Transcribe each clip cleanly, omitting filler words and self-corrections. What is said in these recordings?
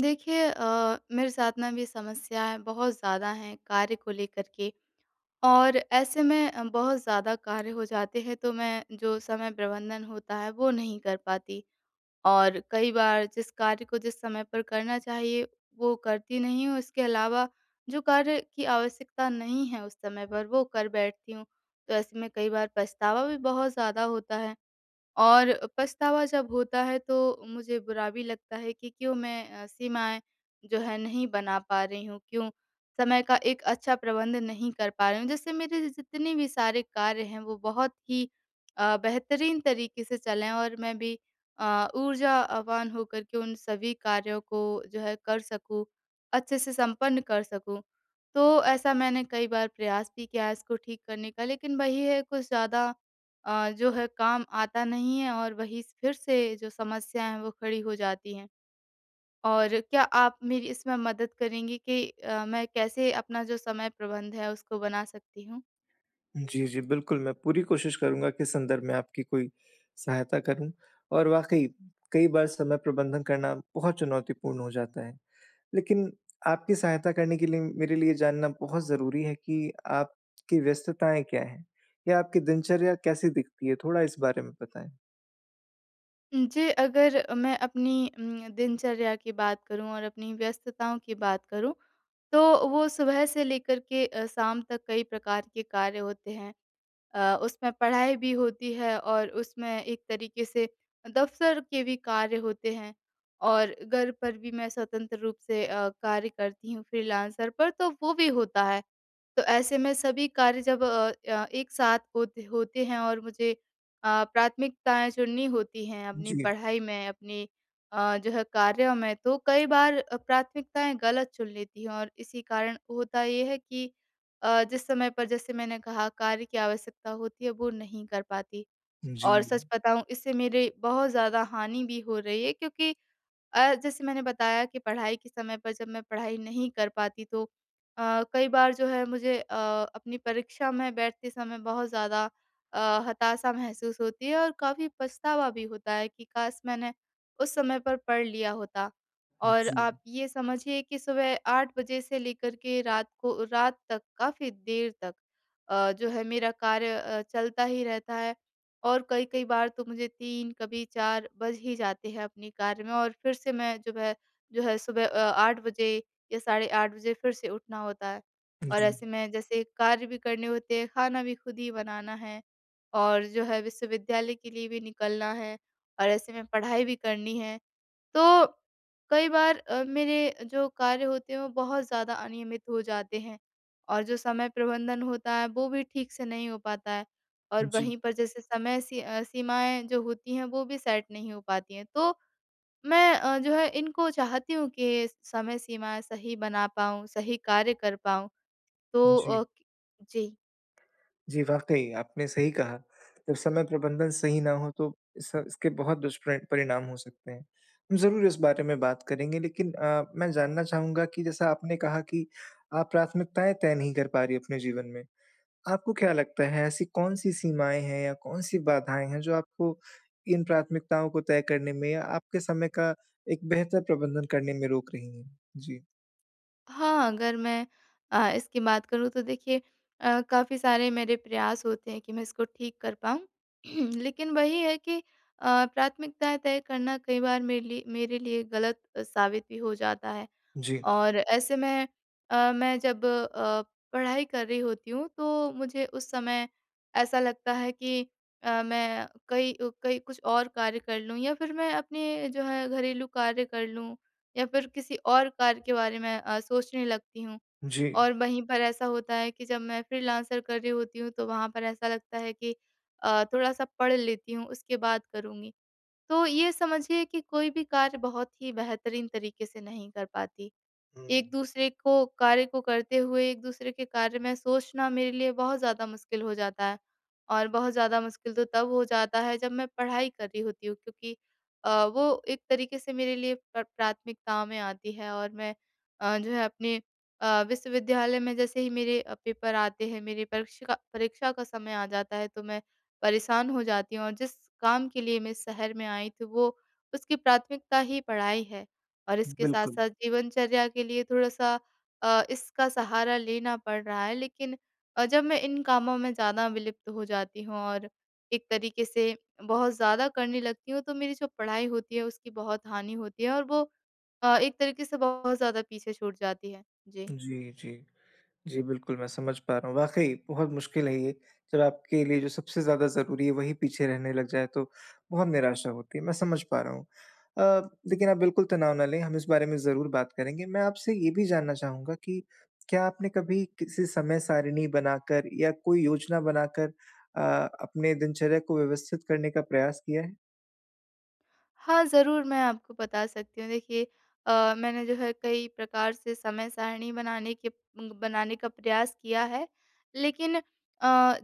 देखिए, मेरे साथ ना भी समस्याएँ बहुत ज़्यादा हैं कार्य को लेकर के। और ऐसे में बहुत ज़्यादा कार्य हो जाते हैं तो मैं जो समय प्रबंधन होता है वो नहीं कर पाती। और कई बार जिस कार्य को जिस समय पर करना चाहिए वो करती नहीं हूँ, इसके अलावा जो कार्य की आवश्यकता नहीं है उस समय पर वो कर बैठती हूँ। तो ऐसे में कई बार पछतावा भी बहुत ज़्यादा होता है। और पछतावा जब होता है तो मुझे बुरा भी लगता है कि क्यों मैं सीमाएँ जो है नहीं बना पा रही हूँ, क्यों समय का एक अच्छा प्रबंध नहीं कर पा रही हूँ। जिससे मेरे जितने भी सारे कार्य हैं वो बहुत ही बेहतरीन तरीके से चलें और मैं भी ऊर्जावान होकर के उन सभी कार्यों को जो है कर सकूँ, अच्छे से संपन्न कर सकूँ। तो ऐसा मैंने कई बार प्रयास भी किया है इसको ठीक करने का, लेकिन वही है कुछ ज़्यादा जो है काम आता नहीं है और वही फिर से जो समस्या है वो खड़ी हो जाती हैं। और क्या आप मेरी इसमें मदद करेंगी कि मैं कैसे अपना जो समय प्रबंध है उसको बना सकती हूँ? जी, जी, बिल्कुल, मैं पूरी कोशिश करूँगा कि इस संदर्भ में आपकी कोई सहायता करूँ और वाक़ई कई बार समय प्रबंधन करना बहुत चुनौतीपूर्ण हो जाता है। लेकिन आपकी सहायता करने के लिए मेरे लिए जानना बहुत ज़रूरी है कि आपकी व्यस्तताएँ क्या हैं? या आपकी दिनचर्या कैसी दिखती है? थोड़ा इस बारे में बताएँ। जी, अगर मैं अपनी दिनचर्या की बात करूँ और अपनी व्यस्तताओं की बात करूँ, तो वो सुबह से लेकर के शाम तक कई प्रकार के कार्य होते हैं। उसमें पढ़ाई भी होती है और उसमें एक तरीके से दफ़्तर के भी कार्य होते हैं और घर पर भी मैं स्वतंत्र रूप से कार्य करती हूँ फ्रीलांसर पर, तो वो भी होता है। तो ऐसे में सभी कार्य जब एक साथ होते होते हैं और मुझे प्राथमिकताएँ चुननी होती हैं अपनी जी, पढ़ाई में, अपने जो है कार्यों में, तो कई बार प्राथमिकताएँ गलत चुन लेती हूँ और इसी कारण होता ये है कि जिस समय पर जैसे मैंने कहा कार्य की आवश्यकता होती है, वो नहीं कर पाती। जी, जी, और सच बताऊँ इससे मेरे बहुत ज़्यादा हानि भी हो रही है, क्योंकि जैसे मैंने बताया कि पढ़ाई के समय पर जब मैं पढ़ाई नहीं कर पाती तो कई बार जो है मुझे अपनी परीक्षा में बैठते समय बहुत ज़्यादा हताशा महसूस होती है और काफ़ी पछतावा भी होता है कि काश मैंने उस समय पर पढ़ लिया होता। और जी, आप ये समझिए कि सुबह 8 बजे से लेकर के रात को रात तक काफ़ी देर तक जो है मेरा कार्य चलता ही रहता है। और कई-कई बार तो मुझे 3 कभी 4 बज ही जाते हैं अपनी कार में और फिर से मैं जो है सुबह 8 बजे या साढ़े 8 बजे फिर से उठना होता है। और ऐसे में जैसे कार्य भी करने होते हैं, खाना भी खुद ही बनाना है और जो है विश्वविद्यालय के लिए भी निकलना है और ऐसे में पढ़ाई भी करनी है। तो कई बार मेरे जो कार्य होते हैं वो बहुत ज़्यादा अनियमित हो जाते हैं और जो समय प्रबंधन होता है वो भी ठीक से नहीं हो पाता है और जी, वहीं पर जैसे समय सीमाएँ जो होती हैं वो भी सेट नहीं हो पाती हैं। तो मैं जो है इनको चाहती हूँ कि समय सीमा सही बना पाऊँ, सही कार्य कर पाऊँ। तो जी। जी। जी, वाक़ई आपने सही कहा। जब समय प्रबंधन सही ना हो तो इस इसके बहुत दुष्परि परिणाम हो सकते हैं। हम ज़रूर इस बारे में बात करेंगे, लेकिन मैं जानना चाहूँगा कि जैसा आपने कहा कि आप प्राथमिकताएँ तय नहीं कर पा रही अपने जीवन में। आपको क्या लगता है, ऐसी कौन-सी सीमाएँ हैं या कौन-सी बाधाएँ हैं जो आपको इन प्राथमिकताओं को तय करने में या आपके समय का एक बेहतर प्रबंधन करने में रोक रही हैं? जी। हाँ, अगर मैं इसकी बात करूँ तो देखिए, काफ़ी सारे मेरे प्रयास होते हैं कि मैं इसको ठीक कर पाऊँ। लेकिन वही है कि प्राथमिकताएँ तय करना कई बार मेरे लिए गलत साबित भी हो जाता है। जी। और ऐसे में मैं जब पढ़ाई कर रही होती हूँ तो मुझे उस समय ऐसा लगता है कि मैं कई कुछ और कार्य कर लूँ या फिर मैं अपने जो है घरेलू कार्य कर लूँ या फिर किसी और कार्य के बारे में सोचने लगती हूँ। जी। और वहीं पर ऐसा होता है कि जब मैं फ्रीलांसर कर रही होती हूँ तो वहाँ पर ऐसा लगता है कि थोड़ा-सा पढ़ लेती हूँ उसके बाद करूँगी। तो ये समझिए कि कोई भी कार्य बहुत ही बेहतरीन तरीके से नहीं कर पाती। हुँ। एक दूसरे को कार्य को करते हुए एक दूसरे के कार्य में सोचना मेरे लिए बहुत ज़्यादा मुश्किल हो जाता है। और बहुत ज़्यादा मुश्किल तो तब हो जाता है जब मैं पढ़ाई कर रही होती हूँ, क्योंकि वो एक तरीके से मेरे लिए प्राथमिकता में आती है और मैं जो है अपने विश्वविद्यालय में जैसे ही मेरे पेपर आते हैं, मेरी परीक्षा का समय आ जाता है तो मैं परेशान हो जाती हूँ और जिस काम के लिए मैं इस शहर में आई थी वो, उसकी प्राथमिकता ही पढ़ाई है। और इसके बिल्कुल। साथ-साथ जीवनचर्या के लिए थोड़ा-सा इसका सहारा लेना पड़ रहा है, लेकिन जब मैं इन कामों में ज़्यादा विलुप्त हो जाती हूँ और एक तरीके से बहुत ज़्यादा करने लगती हूँ, तो मेरी जो पढ़ाई होती है उसकी बहुत हानि होती है और वो एक तरीके से बहुत ज़्यादा पीछे छूट जाती है। जी। जी, जी। जी, बिल्कुल, मैं समझ पा रहा हूँ। वाक़ई बहुत मुश्किल है ये, जब आपके लिए जो सबसे ज़्यादा ज़रूरी है, वही पीछे रहने लग जाए, तो बहुत निराशा होती है। मैं समझ पा रहा हूँ। लेकिन आप बिल्कुल तनाव ना लें, हम इस बारे में ज़रूर बात करेंगे। मैं आपसे ये भी जानना चाहूँगा कि क्या आपने कभी किसी समय सारिणी बनाकर या कोई योजना बनाकर अ, अपने दिनचर्या को व्यवस्थित करने का प्रयास किया है? हाँ, ज़रूर मैं आपको बता सकती हूँ। देखिए, मैंने जो है कई प्रकार से समय सारिणी बनाने का प्रयास किया है। लेकिन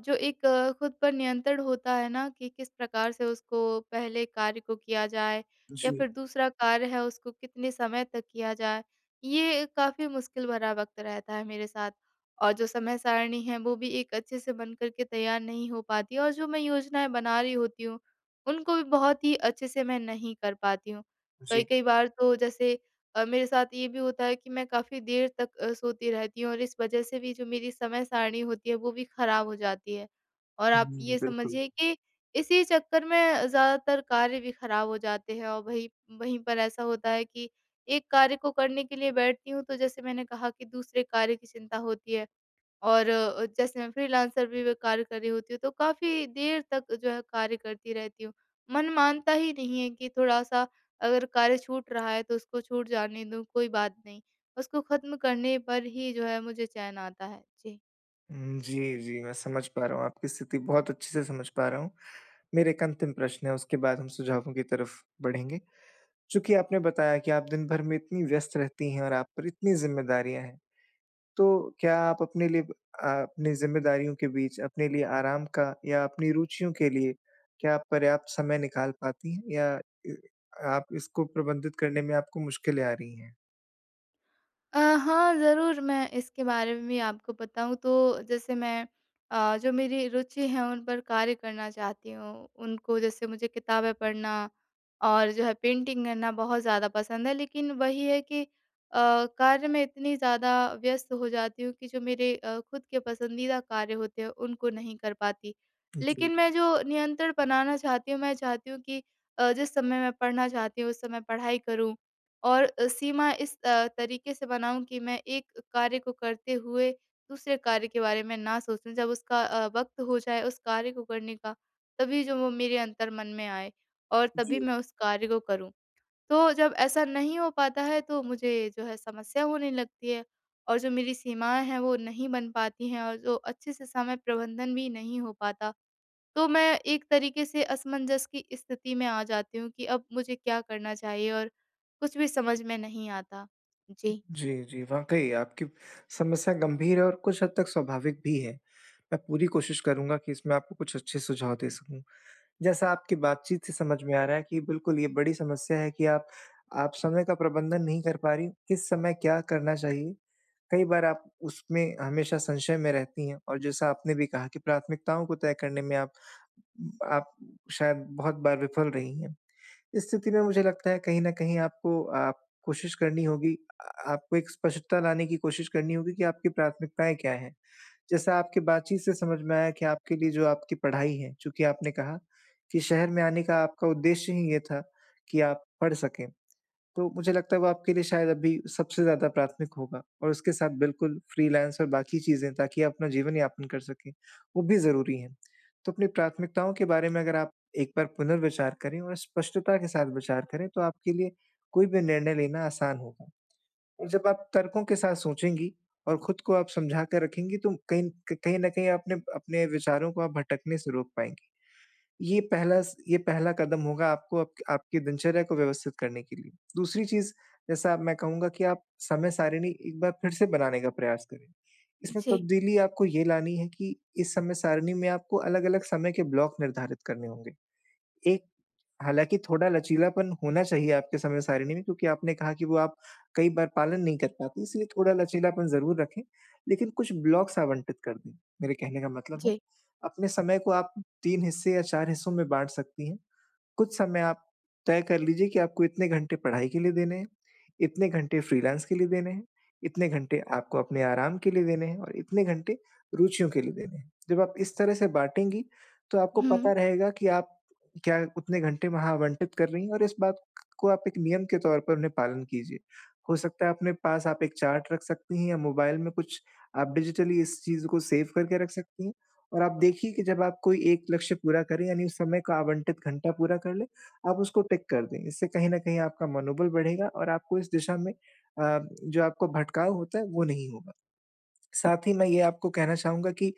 जो एक खुद पर नियंत्रण होता है ना कि किस प्रकार से उसको पहले कार्य को किया जाए या जी, फिर दूसरा कार्य है उसको कितने समय तक किया जाए, ये काफ़ी मुश्किल भरा वक़्त रहता है मेरे साथ। और जो समय सारिणी है वो भी एक अच्छे से बन कर के तैयार नहीं हो पाती और जो मैं योजनाएँ बना रही होती हूँ उनको भी बहुत ही अच्छे से मैं नहीं कर पाती हूँ। जी। कई-कई बार तो जैसे मेरे साथ ये भी होता है कि मैं काफ़ी देर तक सोती रहती हूँ और इस वज़ह से भी जो मेरी समय सारणी होती है वो भी ख़राब हो जाती है। और आप हुँ, ये बिल्कुल। समझिए कि इसी चक्कर में ज़्यादातर कार्य भी ख़राब हो जाते हैं और वहीं वहीं पर ऐसा होता है कि एक कार्य को करने के लिए बैठती हूँ तो जैसे मैंने कहा कि दूसरे कार्य की चिंता होती है। और जैसे मैं फ्रीलांसर भी मैं कार्य कर रही होती हूँ, तो काफ़ी देर तक जो है कार्य करती रहती हूँ। मन मानता ही नहीं है कि थोड़ा-सा अगर कार्य छूट रहा है, तो उसको छूट जाने दूँ, कोई बात नहीं। उसको ख़त्म करने पर ही जो है मुझे चैन आता है। जी। हुँ, जी, जी, मैं समझ पा रहा हूँ, आपकी स्थिति बहुत अच्छे से समझ पा रहा हूँ। मेरा एक अंतिम प्रश्न है, उसके बाद हम सुझावों की तरफ बढ़ेंगे। चूँकि आपने बताया कि आप दिन भर में इतनी व्यस्त रहती हैं और आप पर इतनी ज़िम्मेदारियाँ हैं, तो क्या आप अपने लिए अपनी ज़िम्मेदारियों के बीच अपने लिए आराम का या अपनी रुचियों के लिए क्या आप पर्याप्त समय निकाल पाती हैं, या इ आप इसको प्रबंधित करने में आपको मुश्किलें आ रही हैं? हाँ, ज़रूर मैं इसके बारे में भी आपको बताऊँ तो जैसे मैं जो मेरी रुचि है उन पर कार्य करना चाहती हूँ। उनको जैसे मुझे किताबें पढ़ना और जो है पेंटिंग करना बहुत ज़्यादा पसंद है। लेकिन वही है कि कार्य में इतनी ज़्यादा व्यस्त हो जाती हूँ कि जो मेरे खुद के पसंदीदा कार्य होते हैं उनको नहीं कर पाती। जी, लेकिन मैं जो नियंत्रण बनाना चाहती हूँ, मैं चाहती हूँ कि जिस समय मैं पढ़ना चाहती हूँ उस समय पढ़ाई करूँ और सीमा इस तरीके से बनाऊँ कि मैं एक कार्य को करते हुए दूसरे कार्य के बारे में ना सोचूँ। जब उसका वक़्त हो जाए उस कार्य को करने का, तभी जो वो मेरे अंतर्मन में आए और जी। तभी मैं उस कार्य को करूँ। तो जब ऐसा नहीं हो पाता है तो मुझे जो है समस्या होने लगती है और जो मेरी सीमाएँ हैं वो नहीं बन पाती हैं और जो अच्छे से समय प्रबंधन भी नहीं हो पाता। तो मैं एक तरीके से असमंजस की स्थिति में आ जाती हूँ कि अब मुझे क्या करना चाहिए और कुछ भी समझ में नहीं आता। जी। जी, जी, वाक़ई आपकी समस्या गंभीर है और कुछ हद तक स्वाभाविक भी है। मैं पूरी कोशिश करूँगा कि इसमें आपको कुछ अच्छे सुझाव दे सकूँ। जैसा आपकी बातचीत से समझ में आ रहा है कि बिल्कुल ये बड़ी समस्या है कि आप समय का प्रबंधन नहीं कर पा रही, किस समय क्या करना चाहिए। कई बार आप उसमें हमेशा संशय में रहती हैं और जैसा आपने भी कहा कि प्राथमिकताओं को तय करने में आप शायद बहुत बार विफल रही हैं। इस स्थिति में मुझे लगता है, कहीं न कहीं आपको आप कोशिश करनी होगी, आपको एक स्पष्टता लाने की कोशिश करनी होगी कि आपकी प्राथमिकताएँ क्या हैं। जैसा आपकी बातचीत से समझ में आया कि आपके लिए जो आपकी पढ़ाई है, चूँकि आपने कहा कि शहर में आने का आपका उद्देश्य ही ये था कि आप पढ़ सकें, तो मुझे लगता है वो आपके लिए शायद अभी सबसे ज़्यादा प्राथमिक होगा, और उसके साथ बिल्कुल फ्रीलांस और बाकी चीज़ें, ताकि आप अपना जीवन यापन कर सकें, वो भी ज़रूरी हैं। तो अपनी प्राथमिकताओं के बारे में अगर आप एक बार पुनर्विचार करें और स्पष्टता के साथ विचार करें, तो आपके लिए कोई भी निर्णय लेना आसान होगा। और जब आप तर्कों के साथ सोचेंगी और खुद को आप समझा कर रखेंगी, तो कहीं कहीं न कहीं आपने अपने विचारों को आप भटकने से रोक पाएँगी। ये पहला कदम होगा आपको आप आपकी दिनचर्या को व्यवस्थित करने के लिए। दूसरी चीज़ जैसा मैं कहूँगा कि आप समय सारिणी एक बार फिर से बनाने का प्रयास करें। इसमें जी, तब्दीली आपको ये लानी है कि इस समय सारिणी में आपको अलग-अलग समय के ब्लॉक निर्धारित करने होंगे। एक हालाँकि थोड़ा लचीलापन होना चाहिए आपके समय सारिणी में, क्योंकि आपने कहा कि वो आप कई बार पालन नहीं कर पाते, इसलिए थोड़ा लचीलापन ज़रूर रखें, लेकिन कुछ ब्लॉक्स आवंटित कर दें, मेरे कहने का मतलब है। जी। अपने समय को आप 3 हिस्से या 4 हिस्सों में बाँट सकती हैं। कुछ समय आप तय कर लीजिए कि आपको इतने घंटे पढ़ाई के लिए देने हैं, इतने घंटे फ्रीलांस के लिए देने हैं, इतने घंटे आपको अपने आराम के लिए देने हैं और इतने घंटे रुचियों के लिए देने हैं। जब आप इस तरह से बाँटेंगी, तो आपको हुँ। पता रहेगा कि आप क्या उतने घंटे वहाँ आवंटित कर रही हैं, और इस बात को आप एक नियम के तौर पर उन्हें पालन कीजिए। हो सकता है अपने पास आप एक चार्ट रख सकती हैं, या मोबाइल में कुछ आप डिजिटली इस चीज़ को सेव करके रख सकती हैं। और आप देखिए कि जब आप कोई एक लक्ष्य पूरा करें, यानी उस समय का आवंटित घंटा पूरा कर लें, आप उसको टिक कर दें। इससे कहीं न कहीं आपका मनोबल बढ़ेगा और आपको इस दिशा में जो आपको भटकाव होता है वो नहीं होगा। साथ ही मैं ये आपको कहना चाहूँगा कि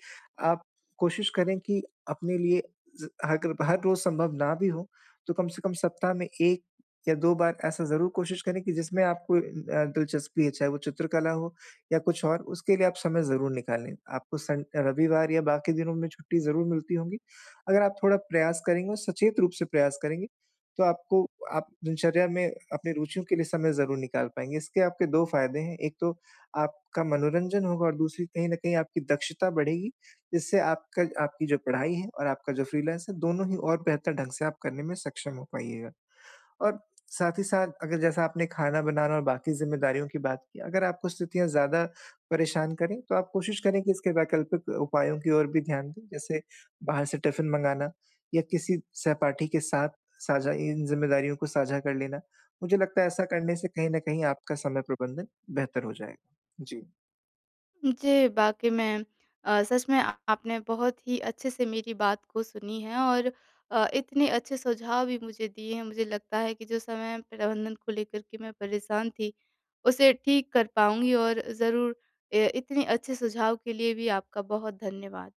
आप कोशिश करें कि अपने लिए ज अगर हर रोज़ संभव ना भी हो, तो कम से कम सप्ताह में 1 या 2 बार ऐसा ज़रूर कोशिश करें कि जिसमें आपको दिलचस्पी है, चाहे वो चित्रकला हो या कुछ और, उसके लिए आप समय ज़रूर निकालें। आपको सन रविवार या बाकी दिनों में छुट्टी ज़रूर मिलती होंगी। अगर आप थोड़ा प्रयास करेंगे और सचेत रूप से प्रयास करेंगे, तो आपको आप दिनचर्या में अपनी रुचियों के लिए समय ज़रूर निकाल पाएँगे। इसके आपके 2 फ़ायदे हैं, एक तो आपका मनोरंजन होगा और दूसरी, कहीं न कहीं आपकी दक्षता बढ़ेगी, जिससे आपका आपकी जो पढ़ाई है और आपका जो फ्रीलांस है, दोनों ही और बेहतर ढंग से आप करने में सक्षम हो पाइएगा। और साथ ही साथ, अगर जैसा आपने खाना बनाना और बाकी ज़िम्मेदारियों की बात की, अगर आपको स्थितियाँ ज़्यादा परेशान करें, तो आप कोशिश करें कि इसके वैकल्पिक उपायों की ओर भी ध्यान दें, जैसे बाहर से टिफ़िन मँगाना या किसी सहपाठी के साथ साझा इन ज़िम्मेदारियों को साझा कर लेना। मुझे लगता है, ऐसा करने से कहीं न कहीं आपका समय प्रबंधन बेहतर हो जाएगा। जी। जी, वाक़ई में सच में आ आपने बहुत ही अच्छे से मेरी बात को सुनी है और इतने अच्छे सुझाव भी मुझे दिए हैं। मुझे लगता है कि जो समय प्रबंधन को लेकर के मैं परेशान थी, उसे ठीक कर पाऊँगी और ज़रूर ए इतने अच्छे सुझाव के लिए भी आपका बहुत धन्यवाद।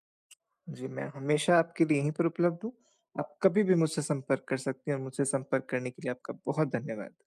जी, मैं हमेशा आपके लिए यहीं पर उपलब्ध हूँ। आप कभी भी मुझसे संपर्क कर सकती हैं, और मुझसे संपर्क करने के लिए आपका बहुत धन्यवाद।